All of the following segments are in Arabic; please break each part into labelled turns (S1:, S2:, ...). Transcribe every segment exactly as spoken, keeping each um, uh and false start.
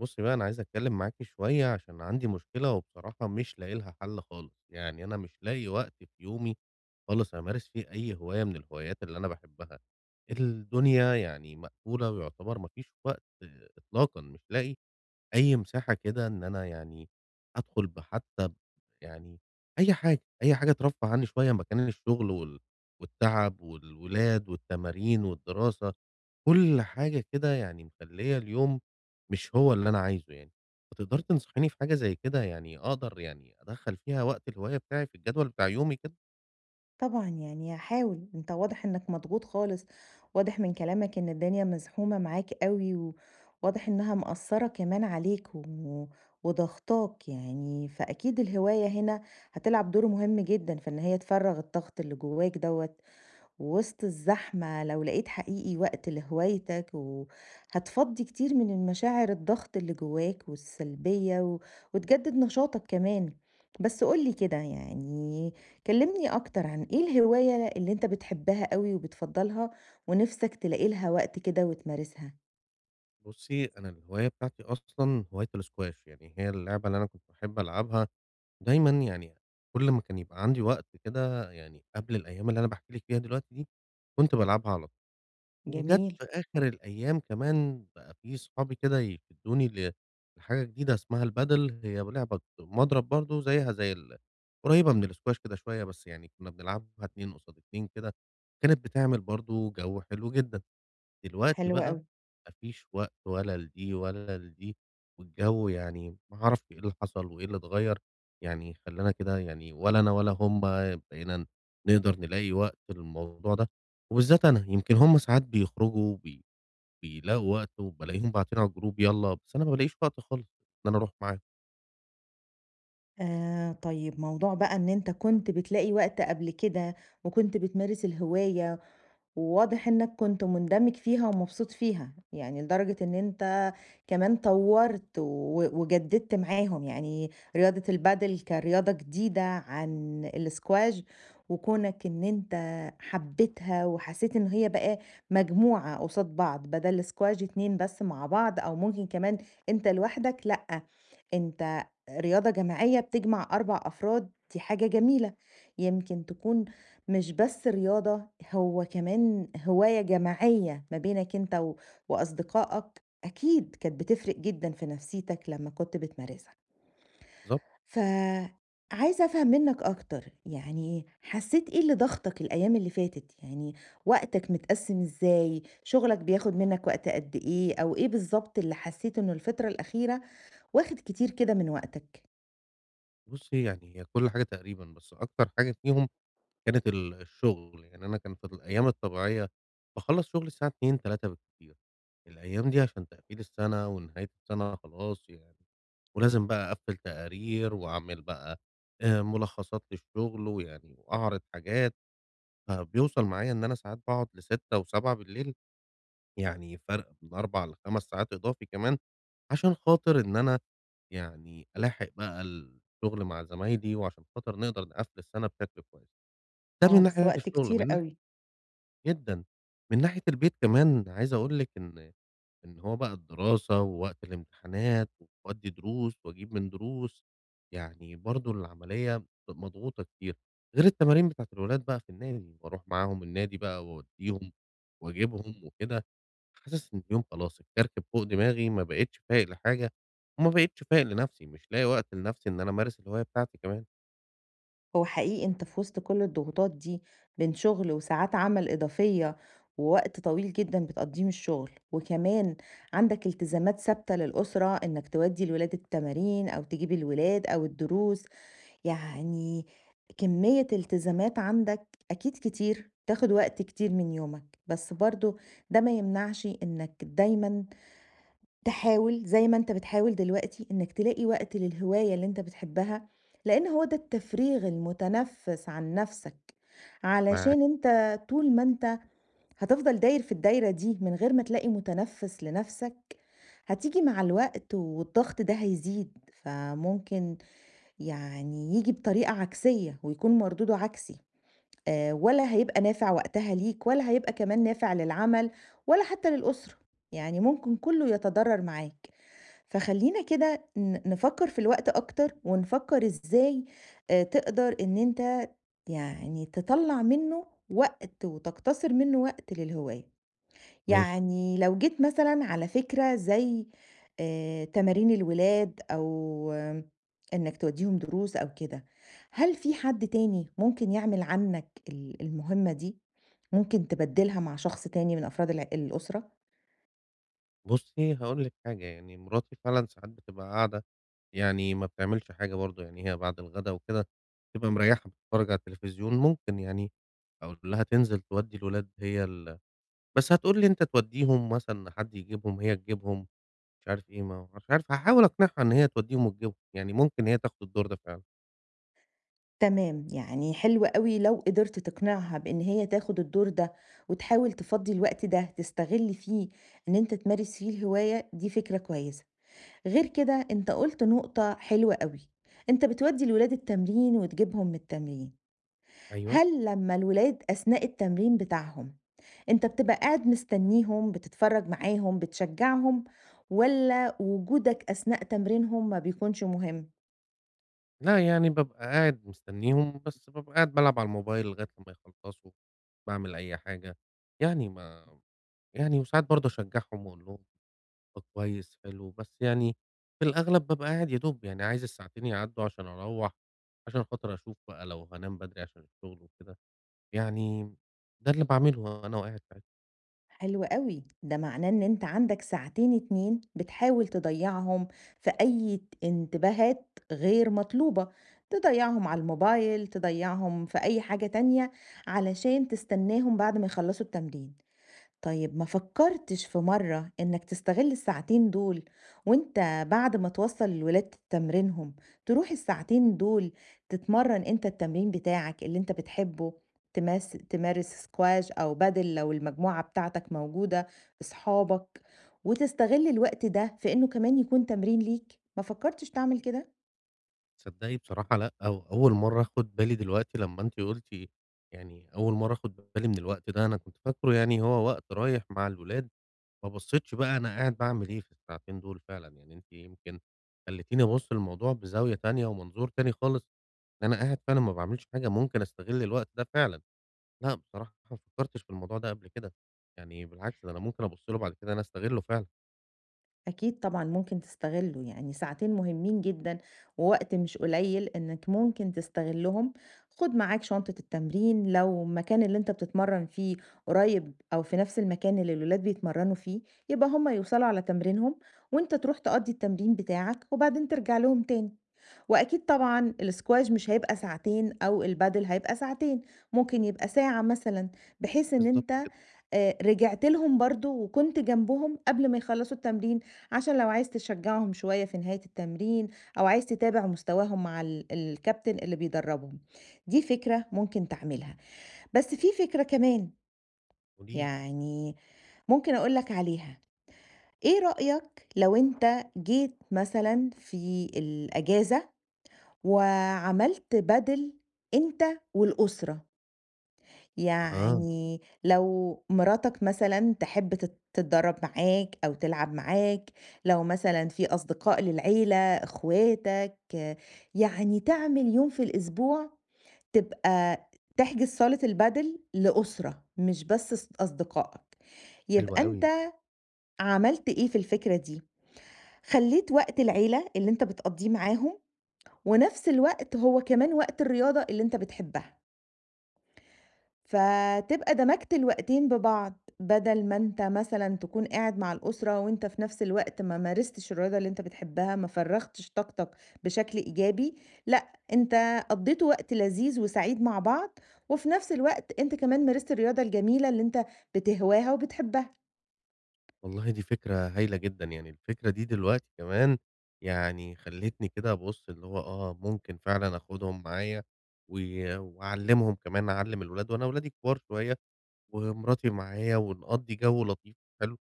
S1: بُصّي بقى، أنا عايز أتكلّم معاكِ شوية عشان عندي مشكلة وبصراحة مش لاقي لها حل خالص. يعني أنا مش لاقي وقت في يومي خالص أمارس فيه أي هواية من الهوايات اللي أنا باحبها. الدنيا يعني مقفولة ويعتبر ما فيش وقت إطلاقًا. مش لاقي أي مساحة كده إن أنا يعني أدخل بحتى ب يعني أي حاجة، أي حاجة ترفّه عني شوية مكان الشغل وال والتعب والولاد والتمارين والدراسة. كل حاجة كده يعني مخلّية اليوم مش هو اللي أنا عايزه يعني. فتقدري تنصحيني في حاجة زي كده، يعني أقدر يعني أدخّل فيها وقت الهواية بتاعي في الجدول بتاع يومي كده؟
S2: طبعًا، يعني هاحاول، أنت واضح إنك مضغوط خالص، واضح من كلامك إن الدنيا مزحومة معاك أوي، وواضح إنها مأثّرة كمان عليك و وضاغطاك يعني، فأكيد الهواية هنا هتلعب دور مهم جدًا في إن هي تفرّغ الضغط اللي جواك دوّة وسط الزحمة. لو لقيت حقيقي وقت لهوايتك وهتفضي كتير من المشاعر الضغط اللي جواك والسلبية و... وتجدد نشاطك كمان. بس قولي كده، يعني كلمني أكتر عن إيه الهواية اللي أنت بتحبها قوي وبتفضلها ونفسك تلاقي لها وقت كده وتمارسها.
S1: بُصّي، أنا الهواية بتاعتي أصلًا هواية الsquash، يعني هي اللعبة اللي أنا كنت باحب ألعبها دايمًا. يعني كل ما كان يبقى عندي وقت كده، يعني قبل الأيام اللي أنا باحكي لِك فيها دلوقتي دي، كنت بالعبها على طول. وجات
S2: جميل.
S1: في آخر الأيام كمان بقى في صحابي كده يشدوني ل لحاجة جديدة اسمها البادل. هي لعبة مضرب برضه زيها زي ال قريبة من الاسكواش كده شوية. بس يعني كنا بنلعبها اتنين قصاد اتنين كده، كانت بتعمل برضه جو حلو جدًا. دلوقتي
S2: حلو
S1: بقى
S2: قوي.
S1: ما فيش وقت ولا لدي ولا لدي، والجو يعني ما أعرفش إيه اللي حصل وإيه اللي اتغيّر. يعني خلّانا كده يعني ولا أنا ولا هُم بقينا نقدر نلاقي وقت للموضوع ده. وبالذات أنا، يمكن هُم ساعات بيخرجوا بي بيلاقوا وقت وبالاقيهم باعتين على الجروب يالّا، بس أنا ما بالاقيش وقت خالص إن أنا أروح معاهم.
S2: آه، طيب موضوع بقى إن أنت كنت بتلاقي وقت قبل كده وكنت بتمارس الهواية، وواضح إنك كنت مندمج فيها ومبسوط فيها، يعني لدرجة إن أنت كمان طوّرت و وجددت معاهم، يعني رياضة البادل كرياضة جديدة عن الsquash. وكونك إن أنت حبيتها وحسيت إن هي بقى مجموعة قصاد بعض، بدل الsquash اتنين بس مع بعض أو ممكن كمان أنت لوحدك، لأ، أنت رياضة جماعية بتجمع أربعة أفراد، دي حاجة جميلة. يمكن تكون مش بس رياضة، هو كمان هواية جماعية ما بينك أنت و وأصدقائك، أكيد كانت بتفرق جدًا في نفسيتك لمّا كنت بتمارسها.
S1: بالضبط.
S2: فعايزة أفهم منّك أكتر، يعني حسّيت إيه اللي ضغطك الأيام اللي فاتت؟ يعني وقتك متقسّم إزاي؟ شغلك بياخد منّك وقت قد إيه؟ أو إيه بالضبط اللي حسّيت إنه الفترة الأخيرة واخد كتير كده من وقتك؟
S1: بُصّي، يعني هي كل حاجة تقريبًا، بس أكتر حاجة فيهم كانت ال الشغل، يعني أنا كان في الأيام الطبيعية باخلّص شغلي الساعة اتنين، تلاتة بالكتير. الأيام دي عشان تقفيل السَنة ونهاية السَنة خلاص يعني، ولازم بقى أقفّل تقارير وأعمل بقى آآ ملخصات للشغل، ويعني وأعرض حاجات. فبيوصل معايا إن أنا ساعات باقعد لستة وسبعة، يعني فرق من أربعة لخمسة ساعات إضافي كمان، عشان خاطر إن أنا يعني ألاحق بقى الشغل مع زمايلي وعشان خاطر نقدر نقفّل السَنة بشكل كويس. ده
S2: آه،
S1: من
S2: بس
S1: ناحية
S2: وقت
S1: الشغل.
S2: كتير
S1: من
S2: أوي.
S1: ناحية. جدًا. من ناحية البيت كمان، عايز أقول لِك إن إن هو بقى الدراسة ووقت الامتحانات وبادّي دروس وأجيب من دروس، يعني برضه العملية مضغوطة كتير. غير التمارين بتاعة الولاد بقى في النادي، باروح معاهم النادي بقى وأودّيهم وأجيبهم وكده. حاسس إن اليوم خلاص اتكركب فوق دماغي، ما بقيتش فايق لحاجة وما بقيتش فايق لنفسي، مش لاقي وقت لنفسي إن أنا أمارس الهواية بتاعتي كمان.
S2: هو حقيقي أنت في وسط كل الضغوطات دي، بين شغل وساعات عمل إضافية ووقت طويل جدا بتقضيه من الشغل، وكمان عندك التزامات ثابتة للأسرة إنك تودي الولاد التمارين أو تجيب الولاد أو الدروس، يعني كمية التزامات عندك أكيد كتير تاخد وقت كتير من يومك. بس برضو ده ما يمنعش إنك دايما تحاول زي ما أنت بتحاول دلوقتي إنك تلاقي وقت للهواية اللي أنت بتحبها، لإن هو ده التفريغ المتنفس عن نفسك.
S1: معاك.
S2: علشان أنت طول ما أنت هتفضل داير في الدايرة دي من غير ما تلاقي متنفس لنفسك، هتيجي مع الوقت والضغط ده هيزيد، فممكن يعني ييجي بطريقة عكسية ويكون مردوده عكسي، آآ ولا هيبقى نافع وقتها ليك ولا هيبقى كمان نافع للعمل ولا حتى للأسرة، يعني ممكن كله يتضرر معاك. فخلّينا كده ن نفكّر في الوقت أكتر، ونفكّر إزاي آآ تقدر إن أنت يعني تطلّع منّه وقت وتقتصِر منّه وقت للهواية،
S1: ماشي.
S2: يعني لو جيت مثلًا على فكرة زي آآ تمارين الولاد أو آه، إنّك تودّيهم دروس أو كده، هل في حد تاني ممكن يعمل عنّك ال المهمة دي؟ ممكن تبدّلها مع شخص تاني من أفراد الع الأسرة؟
S1: بُصّي، هاقول لِك حاجة. يعني مراتي فعلًا ساعات بتبقى قاعدة، يعني ما بتعملش حاجة برضه. يعني هي بعد الغدا وكده بتبقى مريّحة بتتفرّج على التلفزيون. ممكن يعني أقول لها تنزل تودّي الولاد، هي ال بس هتقول لي أنت تودّيهم، مثلًا حد يجيبهم، هي تجيبهم، مش عارف إيه. ما مش عارف هاحاول أقنعها إن هي تودّيهم وتجيبهم. يعني ممكن هي تاخد الدور ده فعلًا.
S2: تمام، يعني حلو أوي لو قدرت تقنعها بإن هي تاخد الدور ده، وتحاول تفضّي الوقت ده تستغل فيه إن أنت تمارس فيه الهواية، دي فكرة كويسة. غير كده أنت قُلت نقطة حلوة أوي، أنت بتودّي الولاد التمرين وتجيبهم من التمرين،
S1: أيوه.
S2: هل لمّا الولاد أثناء التمرين بتاعهم، أنت بتبقى قاعد مستنيهم، بتتفرّج معاهم، بتشجّعهم، والّا وجودك أثناء تمرينهم ما بيكونش مهم؟
S1: لأ، يعني بابقى قاعد مستنيهم، بس بابقى قاعد بالعب على الموبايل لغاية لمّا يخلّصوا. باعمل أي حاجة، يعني ما يعني وساعات برضه أشجّعهم وأقول لهم طب كويس، حلو. بس يعني في الأغلب بابقى قاعد يا دوب، يعني عايز الساعتين يعدّوا عشان أروّح، عشان خاطر أشوف بقى لو هانام بدري عشان الشغل وكده. يعني ده اللي باعمله أنا وقاعد ساعتها.
S2: حلو أوي، ده معناه إن أنت عندك ساعتين اتنين بتحاول تضيّعهم في أي ت انتباهات غير مطلوبة، تضيّعهم على الموبايل، تضيّعهم في أي حاجة تانية، علشان تستناهم بعد ما يخلّصوا التمرين. طيب ما فكرتش في مرة إنك تستغل الساعتين دول وأنت بعد ما توصّل الولاد تمرينهم، تروح الساعتين دول تتمرّن أنت التمرين بتاعك اللي أنت بتحبه، تماس تمارس سكواش أو بادل لو المجموعة بتاعتك موجودة، أصحابك، وتستغل الوقت ده في إنه كمان يكون تمرين ليك. ما فكرتش تعمل كده؟
S1: تصدّقي بصراحة لأ. أو أول مرّة آخُد بالي دلوقتي لمّا أنتِ قُلتِ. يعني أول مرّة آخُد بالي من الوقت ده، أنا كنت فاكره يعني هو وقت رايح مع الولاد، ما بصيتش بقى أنا قاعد باعمل إيه في الساعتين دول فعلًا. يعني أنتِ يمكن خلّيتيني أبُص للموضوع بزاوية تانية ومنظور تاني خالص، إن أنا قاعد فعلًا ما باعملش حاجة، ممكن أستغل الوقت ده فعلًا. لأ بصراحة ما فكّرتش في الموضوع ده قبل كده. يعني بالعكس، ده أنا ممكن أبُص له بعد كده إن أنا أستغله فعلًا.
S2: أكيد طبعًا ممكن تستغلّه، يعني ساعتين مهمين جدًا ووقت مش قليّل إنّك ممكن تستغلّهم، خُد معاك شنطة التمرين لو المكان اللي أنت بتتمرّن فيه قريّب أو في نَفْس المكان اللي الولاد بيتمرّنوا فيه، يبقى هُم يوصلوا على تمرينهم وأنت تروح تقضّي التمرين بتاعك وبعدين ترجع لهم تاني. وأكيد طبعًا الsquash مش هيبقى ساعتين أو البادل هيبقى ساعتين، ممكن يبقى ساعة مثلًا، بحيث إن
S1: بالضبط
S2: أنت
S1: كده.
S2: آآ رجعت لهم برضه وكنت جنبهم قبل ما يخلّصوا التمرين، عشان لو عايز تشجّعهم شوية في نهاية التمرين أو عايز تتابع مستواهم مع ال الكابتن اللي بيدرّبهم. دي فكرة ممكن تعملها، بس في فكرة كمان
S1: قولي لي.
S2: يعني ممكن أقول لك عليها، إيه رأيك لو أنت جيت مثلًا في الأجازة وعملت بدل أنت والأسرة،
S1: أها.
S2: يعني لو مراتك مثلًا تحب تت تتدرب معاك أو تلعب معاك، لو مثلًا في أصدقاء للعيلة، إخواتك، آه، يعني تعمل يوم في الأسبوع تبقى تحجز صالة البدل لأسرة مش بس ص أصدقائك،
S1: حلو
S2: يبقى أنت
S1: أوي.
S2: عملت إيه في الفكرة دي، خلّيت وقت العيلة اللي أنت بتقضّيه معاهم ونفس الوقت هو كمان وقت الرياضة اللي أنت بتحبها، فتبقى دمجت الوقتين ببعض، بدل ما أنت مثلًا تكون قاعد مع الأسرة وأنت في نفس الوقت ما مارستش الرياضة اللي أنت بتحبها، ما فرّغتش طاقتك بشكل إيجابي، لأ، أنت قضيتوا وقت لذيذ وسعيد مع بعض، وفي نفس الوقت أنت كمان مارست الرياضة الجميلة اللي أنت بتهواها وبتحبها.
S1: والله دي فكرة هايلة جدًا. يعني الفكرة دي دلوقتي كمان يعني خلّتني كده أبُص اللي هو آه، ممكن فعلًا آخدهم معايا و وأعلّمهم كمان، أعلّم الولاد، وأنا ولادي كبار شوية ومراتي معايا، ونقضّي جو لطيف حلو،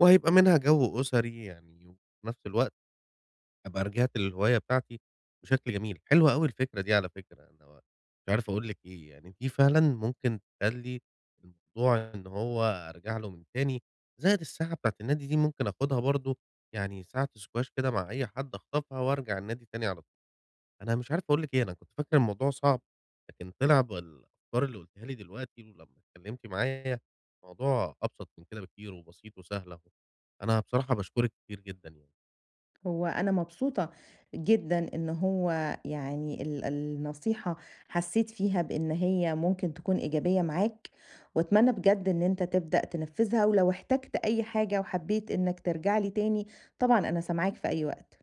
S1: وهيبقى منها جو أسري يعني، وفي نفس الوقت أبقى رجعت للهواية بتاعتي بشكل جميل. حلوة أوي الفكرة دي على فكرة. أنا مش عارف أقول لِك إيه. يعني دي فعلًا ممكن تخلّي الموضوع إن هو أرجع له من تاني. زائد الساعة بتاعة النادي دي ممكن آخُدها برضه، يعني ساعة squash كده مع أي حد أخطفها وأرجع النادي تاني على طول. أنا مش عارف أقول لِك إيه، أنا كنت فاكر الموضوع صعب، لكن طلع بالأفكار اللي قُلتيها لي دلوقتي ولمّا اتكلمتِ معايا، الموضوع أبسط من كده بكتير وبسيط وسهل أهو. أنا بصراحة باشكرِك كتير جدًا يعني.
S2: هو أنا مبسوطة جدًا إن هو يعني ال النصيحة حسّيت فيها بإن هي ممكن تكون إيجابية معاك، وأتمنى بجد إن أنت تبدأ تنفّذها، ولو احتجت أي حاجة وحبّيت إنك ترجع لي تاني، طبعًا أنا سامعاك في أي وقت.